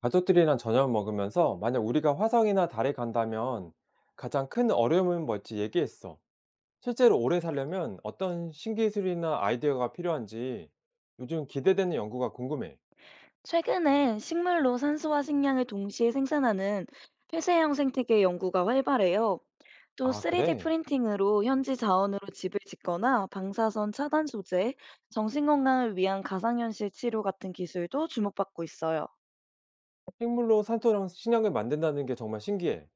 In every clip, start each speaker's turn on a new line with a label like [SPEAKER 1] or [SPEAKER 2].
[SPEAKER 1] 가족들이랑 저녁 먹으면서 만약 우리가 화성이나 달에 간다면 가장 큰 어려움은 뭘지 얘기했어. 실제로 오래 살려면 어떤 신기술이나 아이디어가 필요한지 요즘 기대되는 연구가 궁금해.
[SPEAKER 2] 최근에 식물로 산소와 식량을 동시에 생산하는 폐쇄형 생태계 연구가 활발해요. 또
[SPEAKER 1] 아,
[SPEAKER 2] 3D
[SPEAKER 1] 그래?
[SPEAKER 2] 프린팅으로 현지 자원으로 집을 짓거나 방사선 차단 소재, 정신건강을 위한 가상현실 치료 같은 기술도 주목받고 있어요.
[SPEAKER 1] 식물로 산소랑 식량을 만든다는 게 정말 신기해.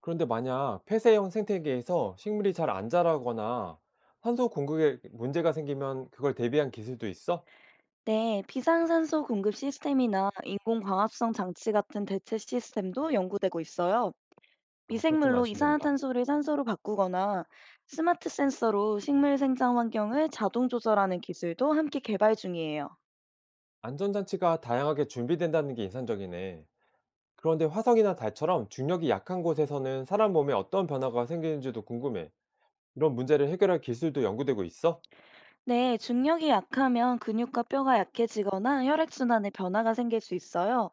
[SPEAKER 1] 그런데 만약 폐쇄형 생태계에서 식물이 잘 안 자라거나 산소 공급에 문제가 생기면 그걸 대비한 기술도 있어?
[SPEAKER 2] 네, 비상산소 공급 시스템이나 인공광합성 장치 같은 대체 시스템도 연구되고 있어요.
[SPEAKER 1] 아, 그거 좀
[SPEAKER 2] 미생물로
[SPEAKER 1] 안심된다.
[SPEAKER 2] 이산화탄소를 산소로 바꾸거나 스마트 센서로 식물 생장 환경을 자동 조절하는 기술도 함께 개발 중이에요.
[SPEAKER 1] 안전장치가 다양하게 준비된다는 게 인상적이네. 그런데 화성이나 달처럼 중력이 약한 곳에서는 사람 몸에 어떤 변화가 생기는지도 궁금해. 이런 문제를 해결할 기술도 연구되고 있어?
[SPEAKER 2] 네, 중력이 약하면 근육과 뼈가 약해지거나 혈액순환에 변화가 생길 수 있어요.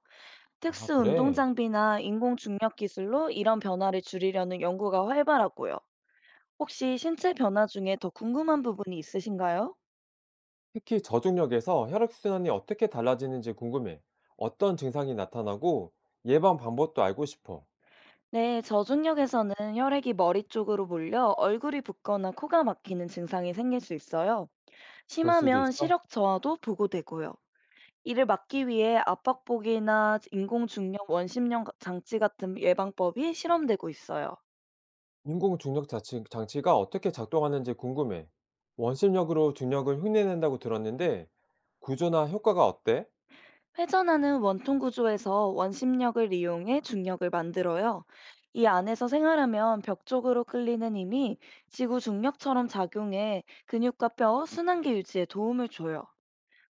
[SPEAKER 1] 아,
[SPEAKER 2] 특수 운동
[SPEAKER 1] 그래.
[SPEAKER 2] 장비나 인공 중력 기술로 이런 변화를 줄이려는 연구가 활발하고요. 혹시 신체 변화 중에 더 궁금한 부분이 있으신가요?
[SPEAKER 1] 특히 저중력에서 혈액순환이 어떻게 달라지는지 궁금해. 어떤 증상이 나타나고 예방 방법도 알고 싶어.
[SPEAKER 2] 네, 저중력에서는 혈액이 머리 쪽으로 몰려 얼굴이 붓거나 코가 막히는 증상이 생길 수 있어요.
[SPEAKER 1] 그럴 수도
[SPEAKER 2] 심하면
[SPEAKER 1] 있어?
[SPEAKER 2] 시력 저하도 보고되고요. 이를 막기 위해 압박복이나 인공중력 원심력 장치 같은 예방법이 실험되고 있어요.
[SPEAKER 1] 인공 중력 장치가 어떻게 작동하는지 궁금해. 원심력으로 중력을 흉내낸다고 들었는데 구조나 효과가 어때?
[SPEAKER 2] 회전하는 원통 구조에서 원심력을 이용해 중력을 만들어요. 이 안에서 생활하면 벽 쪽으로 끌리는 힘이 지구 중력처럼 작용해 근육과 뼈 순환계 유지에 도움을 줘요.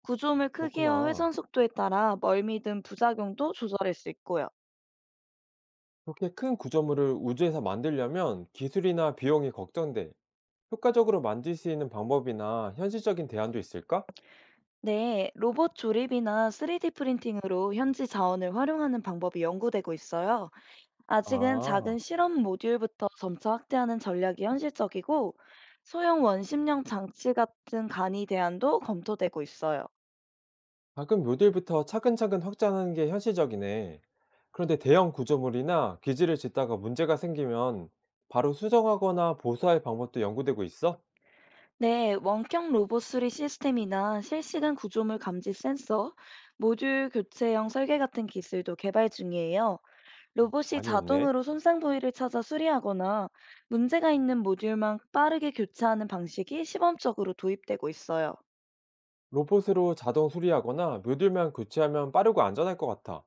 [SPEAKER 2] 구조물 크기와 회전
[SPEAKER 1] 그렇구나.
[SPEAKER 2] 속도에 따라 멀미 등 부작용도 조절할 수 있고요.
[SPEAKER 1] 그렇게 큰 구조물을 우주에서 만들려면 기술이나 비용이 걱정돼. 효과적으로 만들 수 있는 방법이나 현실적인 대안도 있을까?
[SPEAKER 2] 네, 로봇 조립이나 3D 프린팅으로 현지 자원을 활용하는 방법이 연구되고 있어요. 아직은
[SPEAKER 1] 아,
[SPEAKER 2] 작은 실험 모듈부터 점차 확대하는 전략이 현실적이고, 소형 원심력 장치 같은 간이 대안도 검토되고 있어요.
[SPEAKER 1] 작은 모듈부터 차근차근 확장하는 게 현실적이네. 그런데 대형 구조물이나 기지를 짓다가 문제가 생기면 바로 수정하거나 보수할 방법도 연구되고 있어?
[SPEAKER 2] 네, 원격 로봇 수리 시스템이나 실시간 구조물 감지 센서, 모듈 교체형 설계 같은 기술도 개발 중이에요. 로봇이
[SPEAKER 1] 많이 있네.
[SPEAKER 2] 자동으로 손상 부위를 찾아 수리하거나 문제가 있는 모듈만 빠르게 교체하는 방식이 시범적으로 도입되고 있어요.
[SPEAKER 1] 로봇으로 자동 수리하거나 모듈만 교체하면 빠르고 안전할 것 같아.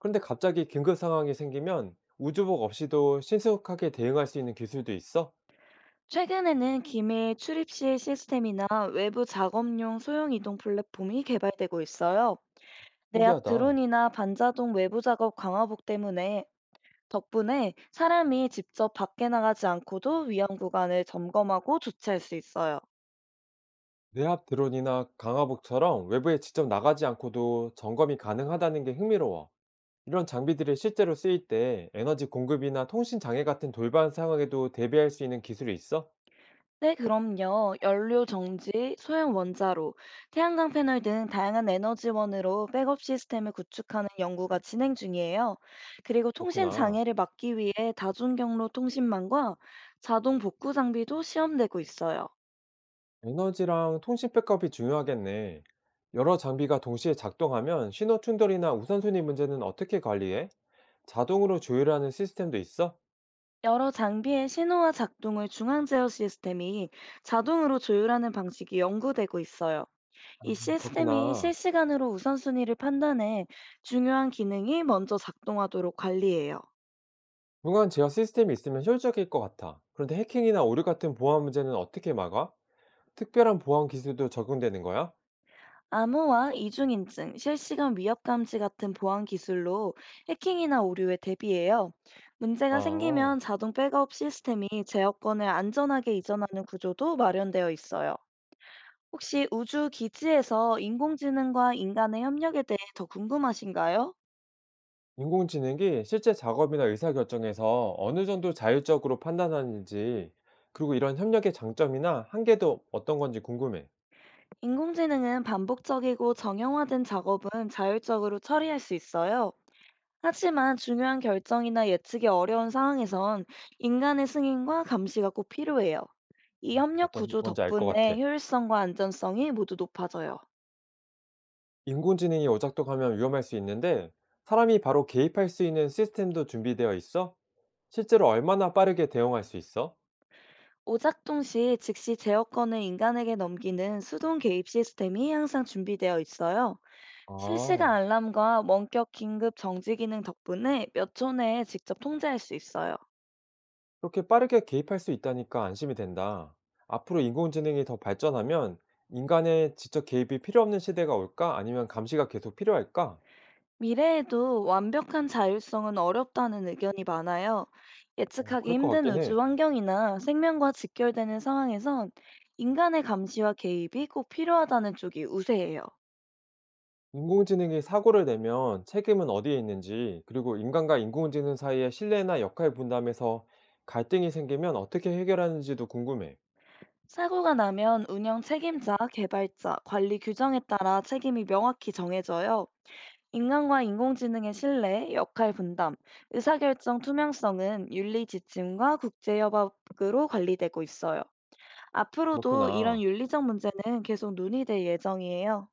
[SPEAKER 1] 그런데 갑자기 긴급 상황이 생기면 우주복 없이도 신속하게 대응할 수 있는 기술도 있어?
[SPEAKER 2] 최근에는 기밀 출입 시 시스템이나 외부 작업용 소형 이동 플랫폼이 개발되고 있어요. 내압
[SPEAKER 1] 신기하다.
[SPEAKER 2] 드론이나 반자동 외부 작업 강화복 때문에 덕분에 사람이 직접 밖에 나가지 않고도 위험 구간을 점검하고 조치할 수 있어요.
[SPEAKER 1] 뇌압 드론이나 강화복처럼 외부에 직접 나가지 않고도 점검이 가능하다는 게 흥미로워. 이런 장비들이 실제로 쓰일 때 에너지 공급이나 통신 장애 같은 돌발 상황에도 대비할 수 있는 기술이 있어?
[SPEAKER 2] 네, 그럼요. 연료 정지, 소형 원자로, 태양광 패널 등 다양한 에너지원으로 백업 시스템을 구축하는 연구가 진행 중이에요. 그리고 통신
[SPEAKER 1] 그렇구나.
[SPEAKER 2] 장애를 막기 위해 다중 경로 통신망과 자동 복구 장비도 시험되고 있어요.
[SPEAKER 1] 에너지랑 통신 백업이 중요하겠네. 여러 장비가 동시에 작동하면 신호 충돌이나 우선순위 문제는 어떻게 관리해? 자동으로 조율하는 시스템도 있어?
[SPEAKER 2] 여러 장비의 신호와 작동을 중앙 제어 시스템이 자동으로 조율하는 방식이 연구되고 있어요. 이 시스템이
[SPEAKER 1] 그렇구나.
[SPEAKER 2] 실시간으로 우선순위를 판단해 중요한 기능이 먼저 작동하도록 관리해요.
[SPEAKER 1] 중간 제어 시스템이 있으면 효율적일 것 같아. 그런데 해킹이나 오류 같은 보안 문제는 어떻게 막아? 특별한 보안 기술도 적용되는 거야?
[SPEAKER 2] 암호화, 이중인증, 실시간 위협 감지 같은 보안 기술로 해킹이나 오류에 대비해요. 문제가
[SPEAKER 1] 아,
[SPEAKER 2] 생기면 자동 백업 시스템이 제어권을 안전하게 이전하는 구조도 마련되어 있어요. 혹시 우주 기지에서 인공지능과 인간의 협력에 대해 더 궁금하신가요?
[SPEAKER 1] 인공지능이 실제 작업이나 의사결정에서 어느 정도 자율적으로 판단하는지, 그리고 이런 협력의 장점이나 한계도 어떤 건지 궁금해.
[SPEAKER 2] 인공지능은 반복적이고 정형화된 작업은 자율적으로 처리할 수 있어요. 하지만 중요한 결정이나 예측이 어려운 상황에선 인간의 승인과 감시가 꼭 필요해요. 이 협력
[SPEAKER 1] 어떤,
[SPEAKER 2] 구조
[SPEAKER 1] 건지 알 것
[SPEAKER 2] 덕분에
[SPEAKER 1] 같아.
[SPEAKER 2] 효율성과 안전성이 모두 높아져요.
[SPEAKER 1] 인공지능이 오작동하면 위험할 수 있는데, 사람이 바로 개입할 수 있는 시스템도 준비되어 있어? 실제로 얼마나 빠르게 대응할 수 있어?
[SPEAKER 2] 오작동 시 즉시 제어권을 인간에게 넘기는 수동 개입 시스템이 항상 준비되어 있어요. 실시간
[SPEAKER 1] 아.
[SPEAKER 2] 알람과 원격 긴급 정지 기능 덕분에 몇 초 내에 직접 통제할 수 있어요.
[SPEAKER 1] 그렇게 빠르게 개입할 수 있다니까 안심이 된다. 앞으로 인공지능이 더 발전하면 인간의 직접 개입이 필요 없는 시대가 올까? 아니면 감시가 계속 필요할까?
[SPEAKER 2] 미래에도 완벽한 자율성은 어렵다는 의견이 많아요.
[SPEAKER 1] 어,
[SPEAKER 2] 예측하기
[SPEAKER 1] 그럴 것
[SPEAKER 2] 힘든
[SPEAKER 1] 같긴
[SPEAKER 2] 우주
[SPEAKER 1] 해.
[SPEAKER 2] 환경이나 생명과 직결되는 상황에선 인간의 감시와 개입이 꼭 필요하다는 쪽이 우세해요.
[SPEAKER 1] 인공지능이 사고를 내면 책임은 어디에 있는지, 그리고 인간과 인공지능 사이의 신뢰나 역할 분담에서 갈등이 생기면 어떻게 해결하는지도 궁금해.
[SPEAKER 2] 사고가 나면 운영 책임자, 개발자, 관리 규정에 따라 책임이 명확히 정해져요. 인간과 인공지능의 신뢰, 역할 분담, 의사결정 투명성은 윤리 지침과 국제협약으로 관리되고 있어요. 앞으로도 이런
[SPEAKER 1] 그렇구나.
[SPEAKER 2] 윤리적 문제는 계속 논의될 예정이에요.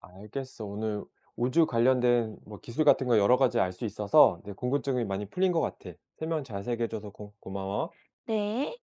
[SPEAKER 1] 알겠어. 오늘 우주 관련된 뭐 기술 같은 거 여러 가지 알 수 있어서 내 궁금증이 많이 풀린 것 같아. 설명 자세히 해줘서 고마워.
[SPEAKER 2] 네.